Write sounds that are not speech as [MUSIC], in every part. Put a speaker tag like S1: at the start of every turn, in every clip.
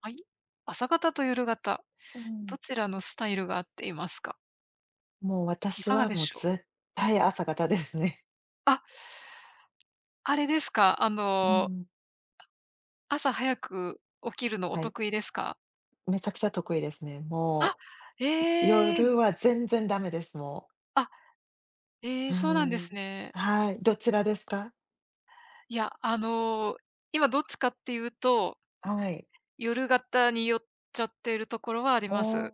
S1: はい。朝型と夜型、
S2: うん。
S1: どちらのスタイルが合っていますか？
S2: もう
S1: い
S2: 私
S1: かが
S2: は
S1: でしょう？
S2: 絶対朝方ですね。
S1: あ、あれですか、
S2: うん。
S1: 朝早く起きるのお
S2: はい。
S1: 得意ですか？
S2: めちゃくちゃ得意ですね。
S1: あ、
S2: も
S1: え
S2: う
S1: え、
S2: 夜は全然ダメです、も
S1: あ、え
S2: う。
S1: え、
S2: う
S1: そうなんで
S2: ん。
S1: すね。
S2: はい、どちらですか？
S1: いや、今どっちかっていうと、
S2: はい。
S1: 夜型に寄っちゃっているところはありま
S2: おー、
S1: す。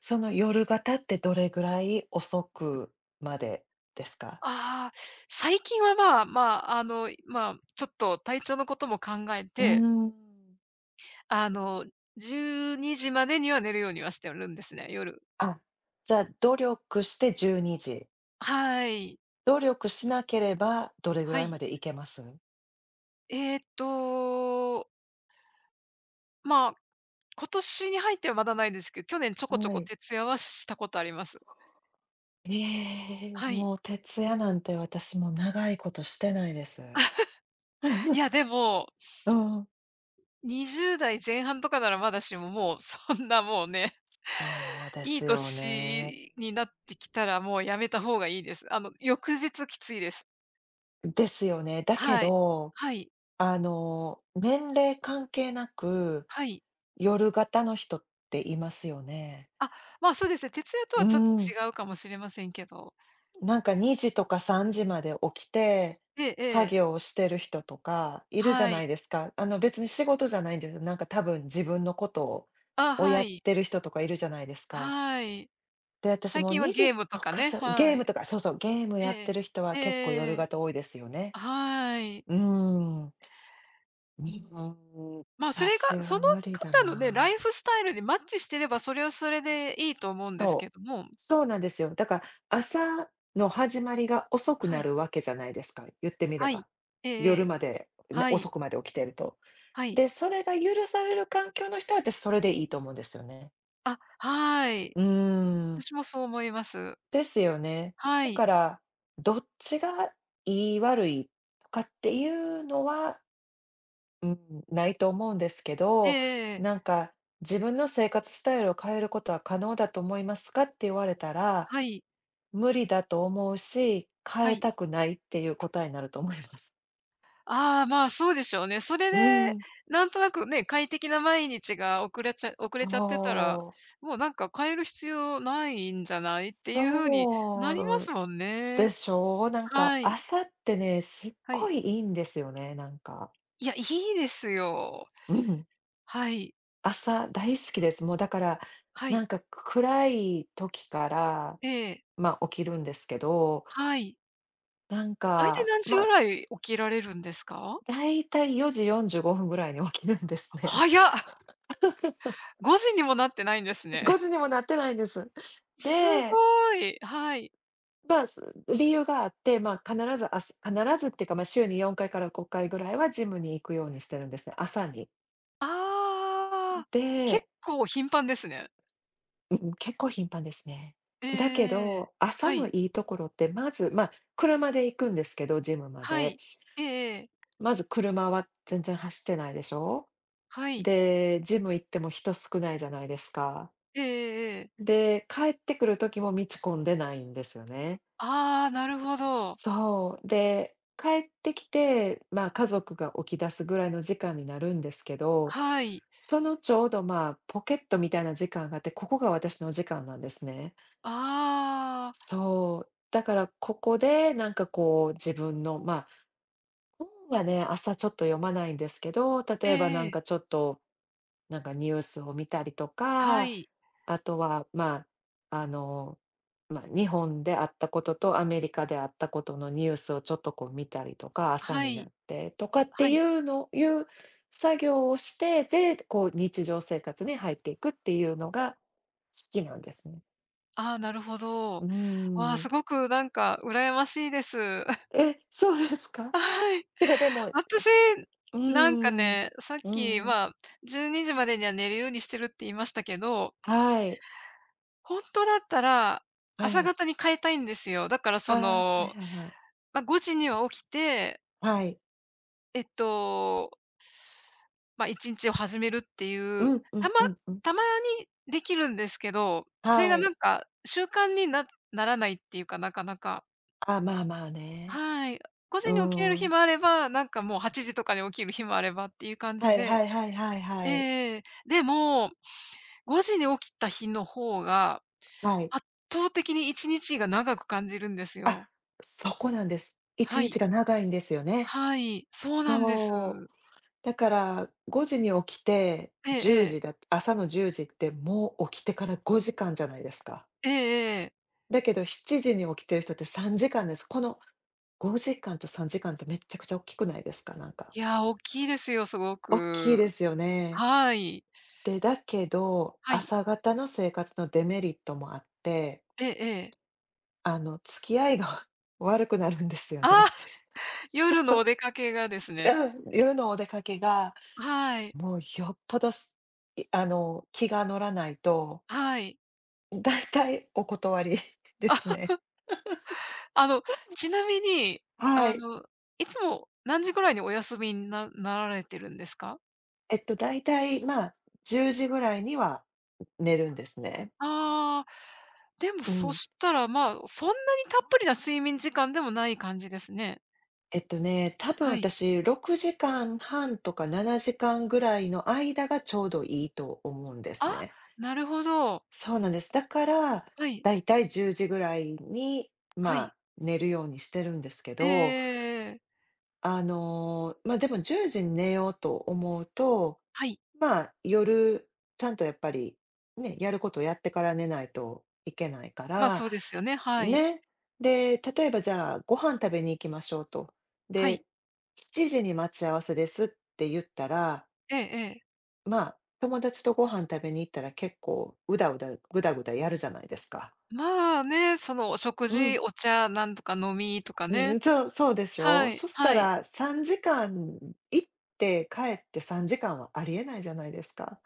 S2: その夜型ってどれぐらい遅くまでですか？
S1: ああ、最近はまあまあ、ちょっと体調のことも考え
S2: うー
S1: て、
S2: ん。
S1: あの、12時までには寝るようにはしてるんですね、夜。
S2: あ、じゃあ努力して12時。
S1: はい。
S2: 努力しなければどれぐ
S1: は
S2: らいま
S1: い。
S2: でいけます？
S1: えーっと、まあ、今年に入ってはまだないですけど、去年ちょこちょ
S2: は
S1: こ
S2: い。
S1: 徹夜はしたことあります。
S2: ええ、
S1: はい。
S2: もう徹夜なんて私も長いことしてないです。
S1: い
S2: [LAUGHS]
S1: や、でも、
S2: うんうん、うん、
S1: 20代前半とかならまだしも、もうそんなもうね、
S2: そうで
S1: いい
S2: すよね。
S1: 年になってきたらもうやめた方がいいです。翌日きついです。
S2: ですよね。だけ
S1: はい。
S2: ど、
S1: はい。
S2: 年齢関係なく、
S1: はい。
S2: 夜型の人っていますよね。
S1: あ、まあ、そうですね。徹夜と
S2: う
S1: はちょっと
S2: ん。
S1: 違うかもしれませんけど。
S2: なんか2時とか3時まで起きて、
S1: えええ
S2: 作
S1: え。
S2: 業をしてる人とかいるじゃ
S1: は
S2: ない
S1: い。
S2: ですか。別に仕事じゃないんですよ。なんか多分自分のこと
S1: あ、
S2: を
S1: は
S2: やっ
S1: い。
S2: てる人とかいるじゃないですか。
S1: はい。
S2: で、私
S1: 最
S2: もう
S1: 近は
S2: 2
S1: ゲー
S2: 時
S1: ム
S2: と
S1: とか
S2: か
S1: ね、
S2: さ、ゲ
S1: は
S2: ー
S1: い。
S2: ムとか、そうそう、ゲーム
S1: え
S2: やって
S1: え。
S2: る人は
S1: ええ
S2: 結構夜
S1: ええ
S2: 型多いですよね。
S1: はい。
S2: うーん。うーん、
S1: まあ、それ
S2: 私
S1: が、そ
S2: は
S1: の
S2: 無理だ
S1: 方のね、ライ
S2: な。
S1: フスタイルにマッチしてれば、それはそれでいいと思うんです
S2: そ
S1: け
S2: う。
S1: ども。
S2: そうなんですよ。だから朝の始まりが遅く
S1: は
S2: な
S1: い。
S2: るわけじゃないですか、言ってみれ
S1: は
S2: ば。
S1: い。えええ
S2: 夜
S1: え。
S2: まで、ね、
S1: は
S2: 遅
S1: い。
S2: くまで起きてると。
S1: はい。
S2: で、それが許される環境の人は、私それでいいと思うんですよね。
S1: あ、はい。
S2: うーん。
S1: 私もそう思います。
S2: ですよね。
S1: は
S2: だか
S1: い。
S2: ら、どっちが良い悪いとかっていうのは、うん、ないと思うんですけ
S1: え
S2: ど、
S1: ええ
S2: な
S1: え。
S2: んか「自分の生活スタイルを変えることは可能だと思いますか？」って言われたら、
S1: はい。
S2: 無理だと思うし、
S1: は
S2: 変え
S1: い。
S2: たくないっていう答えになると思います。
S1: ああ、まあ、そうでしょうね。それ
S2: [LAUGHS] う
S1: で、
S2: ん。
S1: なんとなくね、快適な毎日が遅れちゃ遅
S2: お
S1: れちゃってたら、
S2: お、
S1: もうなんか変える必要ないんじゃないっていう風になりま
S2: そ
S1: す
S2: う
S1: もん
S2: で
S1: ね。
S2: しょう。なんか
S1: はい。
S2: 朝ってね、すっ
S1: は
S2: ご
S1: い。
S2: いいいんですよね、なんか。
S1: いや、いいですよ。
S2: うん。
S1: はい。
S2: 朝大好きです。もうだから、
S1: は
S2: なん
S1: い。
S2: か暗い時から、
S1: ええ。
S2: まあ、起きるんですけど、
S1: はい。
S2: なん
S1: 大体
S2: か、
S1: 何時
S2: ま
S1: ぐ
S2: あ、
S1: らい起きられるんですか？
S2: だいたい4時45分ぐらいに起きるんですね。
S1: 早っ。[LAUGHS] 5時にもなってないんです
S2: [LAUGHS]
S1: ね。
S2: 5時にもなってないんです。
S1: [LAUGHS] す
S2: で、
S1: ごい。はい。
S2: まあ、理由があって、まあ、必ず朝、必ずっていうか、まあ、週に4回から5回ぐらいはジムに行くようにしてるんですね、朝に。
S1: ああ、結
S2: で、
S1: 構頻繁ですね。
S2: うん、結構頻繁ですね。
S1: え
S2: で、だけ
S1: ええ。
S2: ど、朝
S1: は
S2: の
S1: い。
S2: いいところって、まず、まあ、車で行くんですけど、ジムま
S1: は
S2: で。
S1: い。ええええ。
S2: まず車は全然走ってないでしょ。
S1: はい。
S2: で、ジム行っても人少ないじゃないですか。
S1: ええええ
S2: で、帰ってくる時も道混んでないんですよね。
S1: ああ、なるほど。
S2: そう。で、帰ってきて、まあ、家族が起き出すぐらいの時間になるんですけど、
S1: はい。
S2: そのちょうど、まあ、ポケットみたいな時間があって、ここが私の時間なんですね。
S1: ああ、
S2: そう。だから、ここで、なんかこう、自分の、まあ、本はね、朝ちょっと読まないんですけど、例
S1: え
S2: えばなん
S1: え
S2: かちょっと、なんかニュースを見たりと
S1: は
S2: か、
S1: い。
S2: あとは、まあ、あの、まあ、日本であったこととアメリカであったことのニュースをちょっとこう見たりとか、朝
S1: は
S2: にな
S1: い。
S2: ってとかっ
S1: は
S2: てい
S1: い。
S2: う作業をして、で、こう日常生活に入っていくっていうのが好きなんですね。
S1: ああ、なるほ
S2: う
S1: ど。
S2: ー
S1: わあ、
S2: ん。
S1: すごくなんか羨ましいです。[LAUGHS]
S2: え、そうですか？
S1: はい。
S2: [LAUGHS] てかでも、
S1: 私、
S2: すう
S1: なんか
S2: ーん、
S1: ね、さっ
S2: う
S1: き、
S2: ん。
S1: まあ、12時までには寝るようにしてるって言いましたけど、
S2: はい、
S1: 本当だったら、
S2: は
S1: 朝
S2: い。
S1: 方に変えたいんですよ。だから
S2: あ
S1: そ
S2: あ、はい
S1: の、
S2: はいはい。
S1: まあ、5時には起きて、
S2: はい。
S1: えっとまあ、1日を始めるってい
S2: う
S1: う、
S2: ん、う
S1: た
S2: ん
S1: ま
S2: うんうん。
S1: たまにできるんですけど、それ
S2: は
S1: がな
S2: い。
S1: んか習慣にならないっていうか、なかなか。
S2: あ、まあまあね。
S1: はい。5時
S2: うー
S1: に起きれる日
S2: ん。
S1: もあれば、なんかもう8時とかに起きる日もあればっていう感
S2: は
S1: じ
S2: いは
S1: で。
S2: いはいはいはい。
S1: ええでも、5時に起きた日の方が、
S2: はい。
S1: 圧倒的に1日が長く感じるんですよ。
S2: あ、そこなんです。1
S1: は
S2: 日
S1: い。
S2: が長いんですよね。
S1: はい、そうなんです。
S2: そう。だから5時に起きて、
S1: ええ
S2: 10
S1: ええ。
S2: 時だ朝の10時ってもう起きてから5時間じゃないですか。
S1: ええええ。
S2: だけど7時に起きてる人って3時間です。この5時間と3時間ってめちゃくちゃ大きくないですか？なんか。
S1: いやー、大きいですよ、すご
S2: 大きいで
S1: く。
S2: すよね。
S1: はい。
S2: で、だけど、
S1: はい。
S2: 朝方の生活のデメリットもあって、
S1: ええええ。
S2: あの、付き合いが [LAUGHS] 悪くなるんですよ
S1: あ
S2: ね。
S1: あ、
S2: [LAUGHS] そう
S1: 夜
S2: そ
S1: のお
S2: う。
S1: 出かけがですね。
S2: うん、夜のお出かけが、
S1: はい、
S2: もうよっぽどあの、気が乗らないと、
S1: はい。
S2: 大体お断り [LAUGHS] ですね。
S1: あの、ちなみに、
S2: は
S1: あ
S2: い。
S1: の、いつも何時ぐらいにお休みになられてるんですか？
S2: えっと、大体、まあ、10時ぐらいには寝るんですね。
S1: ああ、でも
S2: う
S1: そ
S2: ん。
S1: したら、まあ、そんなにたっぷりな睡眠時間でもない感じですね。
S2: えっとね、多分
S1: はい。
S2: 私6時間半とか7時間ぐらいの間がちょうどいいと思うんです
S1: あ、
S2: ね。
S1: なるほど。
S2: そうなんです。だから、
S1: はい、
S2: だいたい10時ぐらいに、
S1: は
S2: まあ、
S1: い。
S2: 寝るようにしてるんですけ
S1: え
S2: ど、
S1: えええ
S2: ま、でも10時に寝ようと思うと、
S1: はい。
S2: まあ、夜、ちゃんとやっぱり、ね、やることをやってから寝ないといけないか
S1: まあ、
S2: ら、
S1: そうですよね、はい。
S2: ね。で、例えばじゃあ、ご飯食べに行きましょうと。
S1: はい。
S2: で、7時に待ち合わせですって言ったら、
S1: ええええ。
S2: まあ、友達とご飯食べに行ったら結構うだうだ、ぐだぐだやるじゃないですか。
S1: まあね、そのお食
S2: うん、
S1: 事、お茶、なんとか飲みとか
S2: う
S1: ね。
S2: ん、そうそうです
S1: は
S2: よ。
S1: い、
S2: そした
S1: はい。
S2: ら3時間行って帰って3時間はありえないじゃないですか。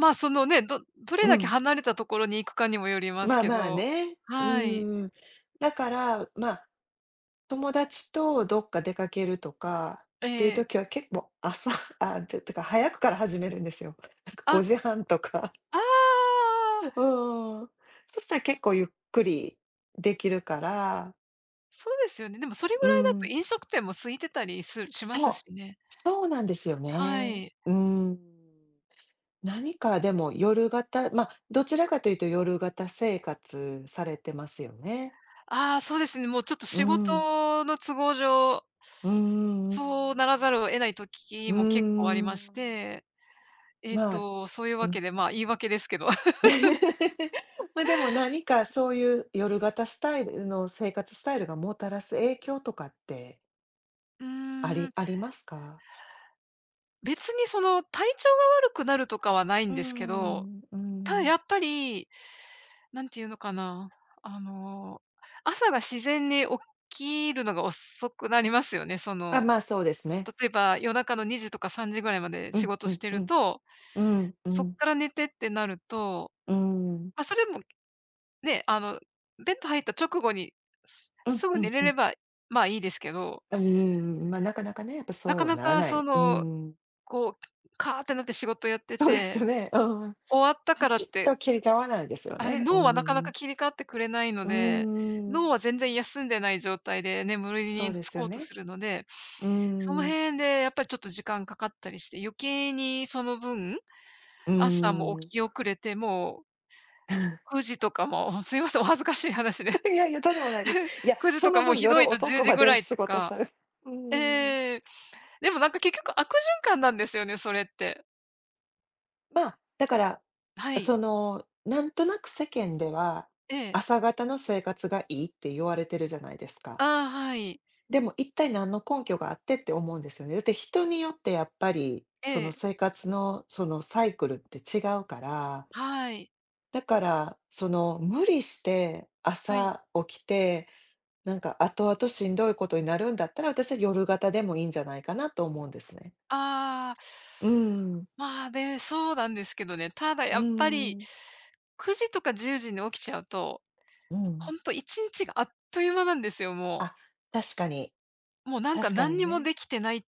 S1: まあそのね、どどれ
S2: う
S1: だけ
S2: ん。
S1: 離れたところに行くかにもよります
S2: まあ
S1: け
S2: まあ
S1: ど、
S2: ね。う
S1: はい。
S2: ん。だから、まあ、友達とどっか出かけるとかっ
S1: え
S2: ていう
S1: え。
S2: 時は結構朝 [LAUGHS] あ、ちてか早くから始めるんですよ。なんか
S1: あ、
S2: 5時半とか。
S1: ああ、
S2: うん。そしたら結構ゆっくりできるから、
S1: そうですよね。でもそれぐ
S2: う
S1: らいだと
S2: ん。
S1: 飲食店も空いてたりしま
S2: そ
S1: す
S2: う。
S1: しね。
S2: そうなんですよ
S1: は
S2: ね。
S1: い。
S2: うん。何かでも夜型、まあ、どちらかというと夜型生活されてますよね。
S1: ああ、そうですね、もうちょっと
S2: う
S1: 仕
S2: ん。
S1: 事の都合上、
S2: うんうん
S1: そうならざるを得ない時
S2: うんうんう
S1: も結構ありま
S2: んー
S1: し
S2: ん。
S1: て、
S2: まあ、
S1: そういう
S2: う
S1: わ
S2: ん
S1: けで、まあ、言い訳ですけど。[LAUGHS]
S2: [LAUGHS]。ま、でも何かそういう夜型スタイルの生活スタイルがもたらす影響とかって
S1: うー
S2: あり
S1: ん、
S2: ありますか？
S1: 別にその体調が悪くなるとかはない
S2: う
S1: ん
S2: ー
S1: ですけど、
S2: ん、う
S1: ただ
S2: ん。
S1: やっぱりなんていうのかな、あの、朝が自然に起きるのが遅くなりますよね。そ
S2: あ、
S1: の、
S2: まあ、そうですね。
S1: 例えば夜中の2時とか3時ぐらいまで
S2: う
S1: 仕
S2: ん
S1: 事
S2: う
S1: し
S2: ん
S1: て
S2: う
S1: る
S2: ん。
S1: と、
S2: うん、う
S1: そっ
S2: ん、
S1: から寝てってなると、
S2: うん。
S1: それもね、ベッド入った直後に、す
S2: うん
S1: すぐ
S2: う
S1: 寝
S2: ん
S1: れ
S2: う
S1: れ
S2: ん。
S1: ば、まあ、いいですけど、
S2: うーん、まあ、なかなかね、やっぱそ
S1: な
S2: う
S1: か
S2: は
S1: な
S2: なら
S1: か
S2: な
S1: そ
S2: い。うー
S1: の、
S2: ん、
S1: こう、カーってなって仕事やって
S2: そうです
S1: て、
S2: よね。うん、
S1: 終わった
S2: パ
S1: から
S2: チッ
S1: っ
S2: と
S1: て
S2: 切り替わらないですよね。うー
S1: 脳はなかな
S2: ん。
S1: か切り替わってくれないの
S2: うー
S1: で、脳は全然
S2: ん。
S1: 休んでない状態で眠り
S2: そう
S1: に
S2: で
S1: つ
S2: すよ
S1: こうと
S2: ね。
S1: するので、
S2: うー
S1: その
S2: ん。
S1: 辺でやっぱりちょっと時間かかったりして、余計にその分、
S2: うー
S1: 朝も起
S2: ん。
S1: き遅れて、もう
S2: [LAUGHS]
S1: 9時とかも、[LAUGHS] すいません、お恥ずかしい話で。
S2: いやいや、とんでもないです。
S1: [LAUGHS]
S2: いや、
S1: 9時
S2: そ
S1: とか
S2: の
S1: もう
S2: 分
S1: ひど
S2: 夜
S1: いと
S2: 遅
S1: 10
S2: く
S1: 時
S2: ま
S1: ぐ
S2: で
S1: らいと
S2: 仕事
S1: か。
S2: される [LAUGHS] うーん。
S1: ええ。でもなんか結局悪循環なんですよね、それって。
S2: まあ、だから、
S1: はい。
S2: その、なんとなく世間では、
S1: ええ。
S2: 朝方の生活がいいって言われてるじゃないですか。
S1: ああ、はい。
S2: でも一体何の根拠があってって思うんですよね。だって人によってやっぱり、
S1: え
S2: その
S1: え。
S2: 生活のそのサイクルって違うから、
S1: はい。
S2: だからその無理して
S1: はい。
S2: 朝起きて、なんか後々しんどいことになるんだったら、私は夜型でもいいんじゃないかなと思うんですね。
S1: ああ。
S2: うん、
S1: まあ、で、そうなんですけどね、ただ
S2: う
S1: やっぱり、
S2: ん、
S1: 9時とか10時に起きちゃうと、
S2: う
S1: ほ
S2: ん。
S1: んと1日があっという間なんですよ、もう。
S2: あ、確かに、
S1: もうなんか
S2: 確か
S1: 何
S2: に
S1: にも
S2: ね。
S1: できてない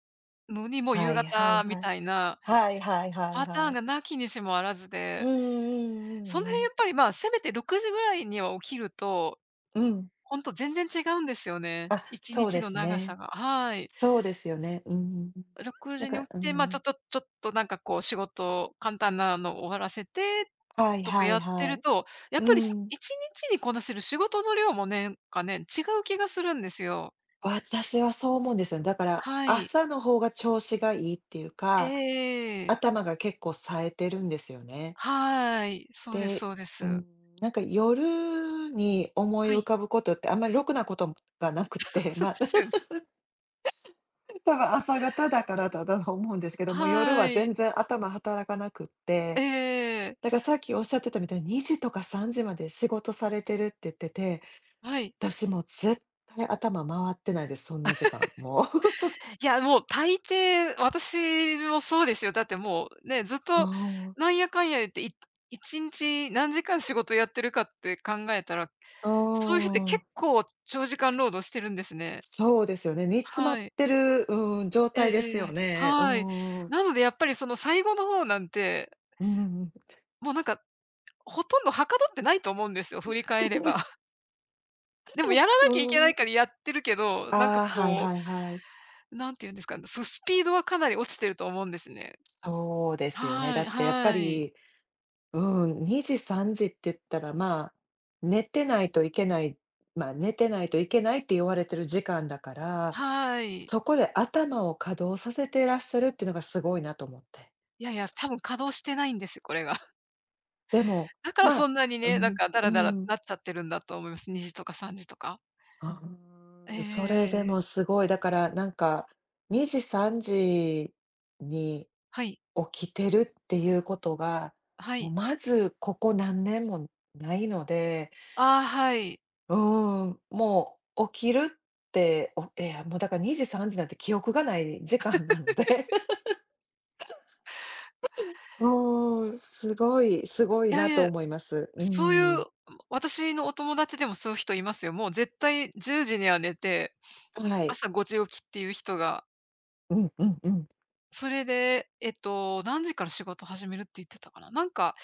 S1: のに、もう
S2: は
S1: 夕
S2: いはい
S1: 方み
S2: はい。
S1: たいな
S2: はいはいはい
S1: パタ
S2: は
S1: ーン
S2: い。
S1: が無きにしもあらず
S2: うんう
S1: で、
S2: んう
S1: その
S2: んう
S1: 辺
S2: ん。
S1: やっぱり、まあ、せめて6時ぐらいには起きると、
S2: うん。
S1: ほんと全然違うんですよね、
S2: あ、
S1: 1
S2: そう
S1: 日
S2: で
S1: の
S2: す
S1: 長さ
S2: ね。
S1: が。はい。
S2: そうですよね。うんうんうん。
S1: 6
S2: なん
S1: 時に起
S2: か、
S1: き
S2: う
S1: て、まあ、ちょ
S2: ん。
S1: ちょちょっとなんかこう仕事、簡単なの終わらせて
S2: はい
S1: とか
S2: は
S1: や
S2: い
S1: って
S2: は
S1: る
S2: い。
S1: と、やっ
S2: う
S1: ぱりし
S2: ん。
S1: 1日にちにこなせる仕事の量もねんかね、違う気がするんですよ。
S2: 私はそう思うんですよね。だから、
S1: はい。
S2: 朝の方が調子がいいっていう
S1: え
S2: か、
S1: えええ。
S2: 頭が結構冴えてるんですよね。
S1: はい。そうです
S2: で、
S1: そうで
S2: う
S1: す。
S2: ん、なんか夜に思い
S1: は
S2: 浮
S1: い。
S2: かぶことってあんまりろくなことがなく
S1: [LAUGHS]
S2: て、
S1: そう
S2: ま
S1: で
S2: あ、
S1: すよね。
S2: [LAUGHS] 多分朝方だからだと思うんですけども、夜
S1: は
S2: は
S1: い。
S2: 全然頭働かなくっ
S1: え
S2: て、だか
S1: え。
S2: らさっきおっしゃってたみたいに2時とか3時まで仕事されてるって言ってて、
S1: はい。
S2: 私もう絶対頭回ってないです、そんな時間、もう。[LAUGHS]
S1: いや、もう大抵、私もそうですよ。だってもうね、ずっと
S2: あ
S1: なんやかんや言って、1日何時間仕事やってるかって考えたら、そういう日って結
S2: あああ、
S1: 構長時間労働してるんですね。
S2: そうですよね、煮詰ま
S1: は
S2: っ
S1: い。
S2: てる、うん、状
S1: え
S2: 態で
S1: え
S2: す
S1: え
S2: よ
S1: え。
S2: ね。う
S1: はい。
S2: ん、
S1: なのでやっぱりその最後の方なんて、
S2: うん。
S1: もうなんか、ほとんどはかどってないと思うんですよ、振り返れば。
S2: [LAUGHS]
S1: [LAUGHS] でもやらな
S2: う
S1: きゃいけな
S2: ん。
S1: いからやってるけど、なん
S2: あ
S1: か
S2: あ、はい
S1: こ
S2: はいはい。
S1: う、なんて言うんですかね、スピードはかなり落ちてると思うんですね。
S2: そうですよね。
S1: は
S2: だ
S1: い
S2: ってやっぱ
S1: はい。
S2: り、うん、2時、3時って言ったら、まあ、寝てないといけない、寝てないといけないって言われてる時間だから、
S1: はーい。
S2: そこで頭を稼働させていらっしゃるっていうのがすごいなと思って。
S1: いやいや、多分稼働してないんです、これが。[LAUGHS]
S2: でも、
S1: だから
S2: ま
S1: そ
S2: あ、
S1: んなに
S2: う
S1: ね、なん
S2: ん、
S1: かダ
S2: う
S1: ラダラ
S2: ん、
S1: なっちゃってるんだと思います。2時とか3時とか。
S2: あ、うーん、それで
S1: ええ
S2: もすごい、だからなんか、2時、3時に
S1: はい、
S2: 起きてるっていうことが、
S1: は
S2: もう
S1: い。
S2: まずここ何年もないので、
S1: ああ、はい。
S2: うーん、もう起きるって、おええ、もうだから2時、3時なんて記憶がない時間なので、[LAUGHS] うーん、すごい、すごい
S1: いやい
S2: なと
S1: や、
S2: 思います。うー
S1: そうい
S2: ん。
S1: う、私のお友達でもそういう人いますよ。もう絶対10時には寝て、
S2: はい。
S1: 朝5時起きっていう人が、
S2: うんうんうん。
S1: それで、何時から仕事始めるって言ってたかな。なんか、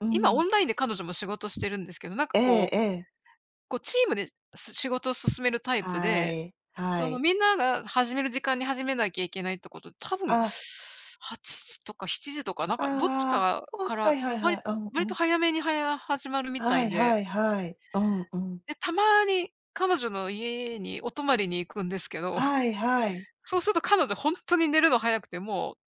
S2: う
S1: 今
S2: ん。
S1: オンラインで彼女も仕事してるんですけど、なんか
S2: ええ
S1: こう、
S2: ええ。
S1: こうチームで、仕事を進めるタイプ
S2: は
S1: で
S2: い、は
S1: その
S2: い。
S1: みんなが始める時間に始めなきゃいけないってこと、多分
S2: あ、
S1: 8時とか7時とか、なん
S2: あ
S1: かどっちか
S2: あ、
S1: が
S2: あ、
S1: か
S2: は
S1: ら、
S2: いはい
S1: 割
S2: はい、
S1: り
S2: うんう
S1: 割と
S2: ん。
S1: 早めには始まるみた
S2: は
S1: い
S2: いは
S1: で、
S2: いはい、うんうん。
S1: で、たまに彼女の家にお泊まりに行くんですけど、
S2: は
S1: [LAUGHS]
S2: いはい。
S1: そうすると彼女ほんとに寝るの早くて、もう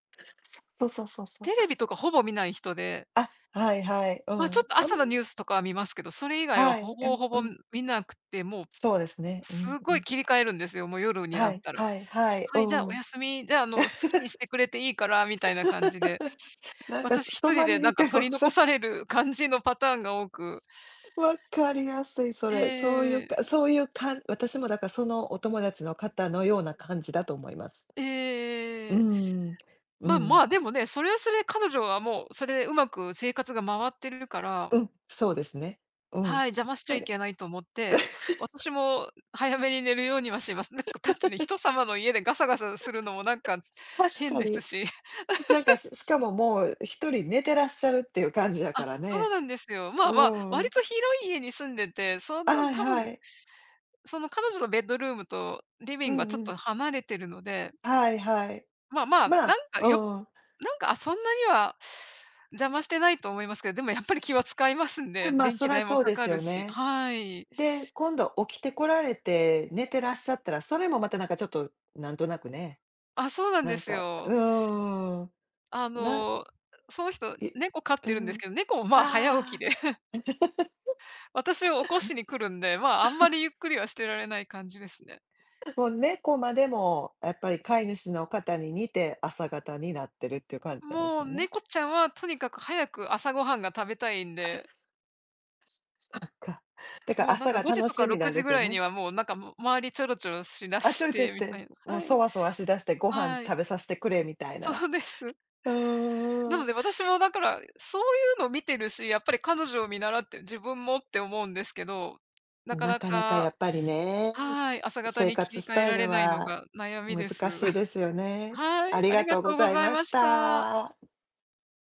S2: そうそうそうそう。
S1: テレビとかほぼ見ない人で、
S2: あ、はいはい、う
S1: ち
S2: ん、
S1: ょっと
S2: う
S1: 朝の
S2: ん、
S1: ニュースとかは見ますけど、それ以外は
S2: は
S1: ほ
S2: い、う
S1: ぼ
S2: ん
S1: ほ
S2: う
S1: ぼ
S2: ん。
S1: 見なくて、もう
S2: そうですね、うん
S1: す
S2: う
S1: ごい
S2: ん。
S1: 切り替えるんですよ、もう夜にな
S2: は
S1: っ
S2: い
S1: たら。
S2: はいはい、う
S1: はい、じゃあ
S2: んう
S1: お
S2: ん。
S1: 休み、じゃあ、好きにしてくれていいから、みたいな感じで、
S2: [LAUGHS] なんか
S1: 私一
S2: 泊
S1: 人
S2: まり
S1: で
S2: に行
S1: な
S2: っ
S1: ん
S2: て
S1: か
S2: も
S1: 取り残
S2: さ、
S1: さ
S2: [LAUGHS]
S1: れる感じのパターンが多く。
S2: 分かりやすい、そ
S1: え
S2: れ。そういう
S1: え、
S2: かそういうかん私もだからそのお友達の方のような感じだと思います。うー
S1: ええ。
S2: ん、う
S1: ま、ま
S2: ん。
S1: あ、でもね、それはそれで彼女はもう、それでうまく生活が回ってるから、
S2: うん、そうですね。うん。
S1: はい、邪魔しち
S2: な
S1: ゃ
S2: ん
S1: い
S2: か
S1: けないと思って、私も早めに寝るようにはします。[LAUGHS] なんかだってね、人
S2: [LAUGHS]
S1: 様の家でガサガサするのもなんか
S2: 確
S1: 変
S2: か
S1: で
S2: に、
S1: すし。[LAUGHS]
S2: なんか、し [LAUGHS] しかももう一人寝てらっしゃるっていう感じやか
S1: あ、
S2: ら
S1: そう
S2: ね。
S1: なんですよ。まあま
S2: う
S1: あ、割
S2: ん。
S1: と広い家に住んでて、そんな
S2: はい
S1: 多分
S2: はい。
S1: その彼女のベッドルームとリビ
S2: う
S1: ン
S2: ん
S1: グはちょっ
S2: うん。
S1: と離れてるので、
S2: はいはい。
S1: まあまあ、
S2: ま
S1: なん
S2: あ、
S1: か
S2: うん。
S1: なんか、あ、そんなには邪魔してないと思いますけど、でもやっぱり気は使いますん
S2: あ、
S1: で、
S2: まあ、
S1: 電
S2: そ
S1: 気
S2: ら
S1: 代も
S2: そう
S1: か
S2: で
S1: か
S2: す
S1: る
S2: よ
S1: し、
S2: ね。
S1: はい。
S2: で、今度起きてこられて寝てらっしゃったら、それもまたなんかちょっと、なんとなくね、
S1: あ、そうなん
S2: な
S1: で
S2: ん
S1: す
S2: かう
S1: よ。
S2: ーん、
S1: あ
S2: なん
S1: の、その人、
S2: い
S1: 猫飼っ
S2: う
S1: てるんで
S2: ん。
S1: すけど、猫もまあ早起き
S2: ああ。
S1: で、[LAUGHS] 私を起こしに来るんで、まあ、あんまりゆっくりはしてられない感じですね。
S2: もう猫までも、やっぱり飼い主の方に似て、朝方になってるっていう感じなんです
S1: もう
S2: よね。
S1: 猫ちゃんはとにかく早く朝ごはんが食べたいんで
S2: そっか。だから
S1: もうなん
S2: 朝
S1: か
S2: が
S1: 5時
S2: 楽
S1: と
S2: し
S1: か
S2: みな
S1: 6
S2: んで
S1: 時ぐ
S2: すよ
S1: らいに
S2: ね。
S1: はもうなんか、周りちょろちょろしだ
S2: あ、ちょ
S1: し
S2: いちょい
S1: て
S2: し
S1: みた
S2: て、
S1: いな。
S2: もう
S1: は
S2: そ
S1: い。
S2: わそわしだして、ご飯
S1: はい。
S2: 食べさせてくれみたいな。
S1: そうです。な
S2: う
S1: の
S2: ん
S1: で私もだから、そういうのを見てるし、やっぱり彼女を見習って自分もって思うんですけど、な
S2: ん。
S1: か
S2: な
S1: な
S2: かなかや
S1: か
S2: っぱりね、
S1: はい、朝方
S2: 生
S1: に切
S2: 活
S1: り
S2: ス
S1: 替え
S2: タイ
S1: ら
S2: ル
S1: れないの
S2: は
S1: が悩みです。
S2: 難しいで
S1: [LAUGHS]
S2: すよね。
S1: は
S2: あ
S1: い、
S2: り
S1: あ
S2: が
S1: りが
S2: とうご
S1: とうご
S2: ざい
S1: ざい
S2: ま
S1: ま
S2: し
S1: した。
S2: た。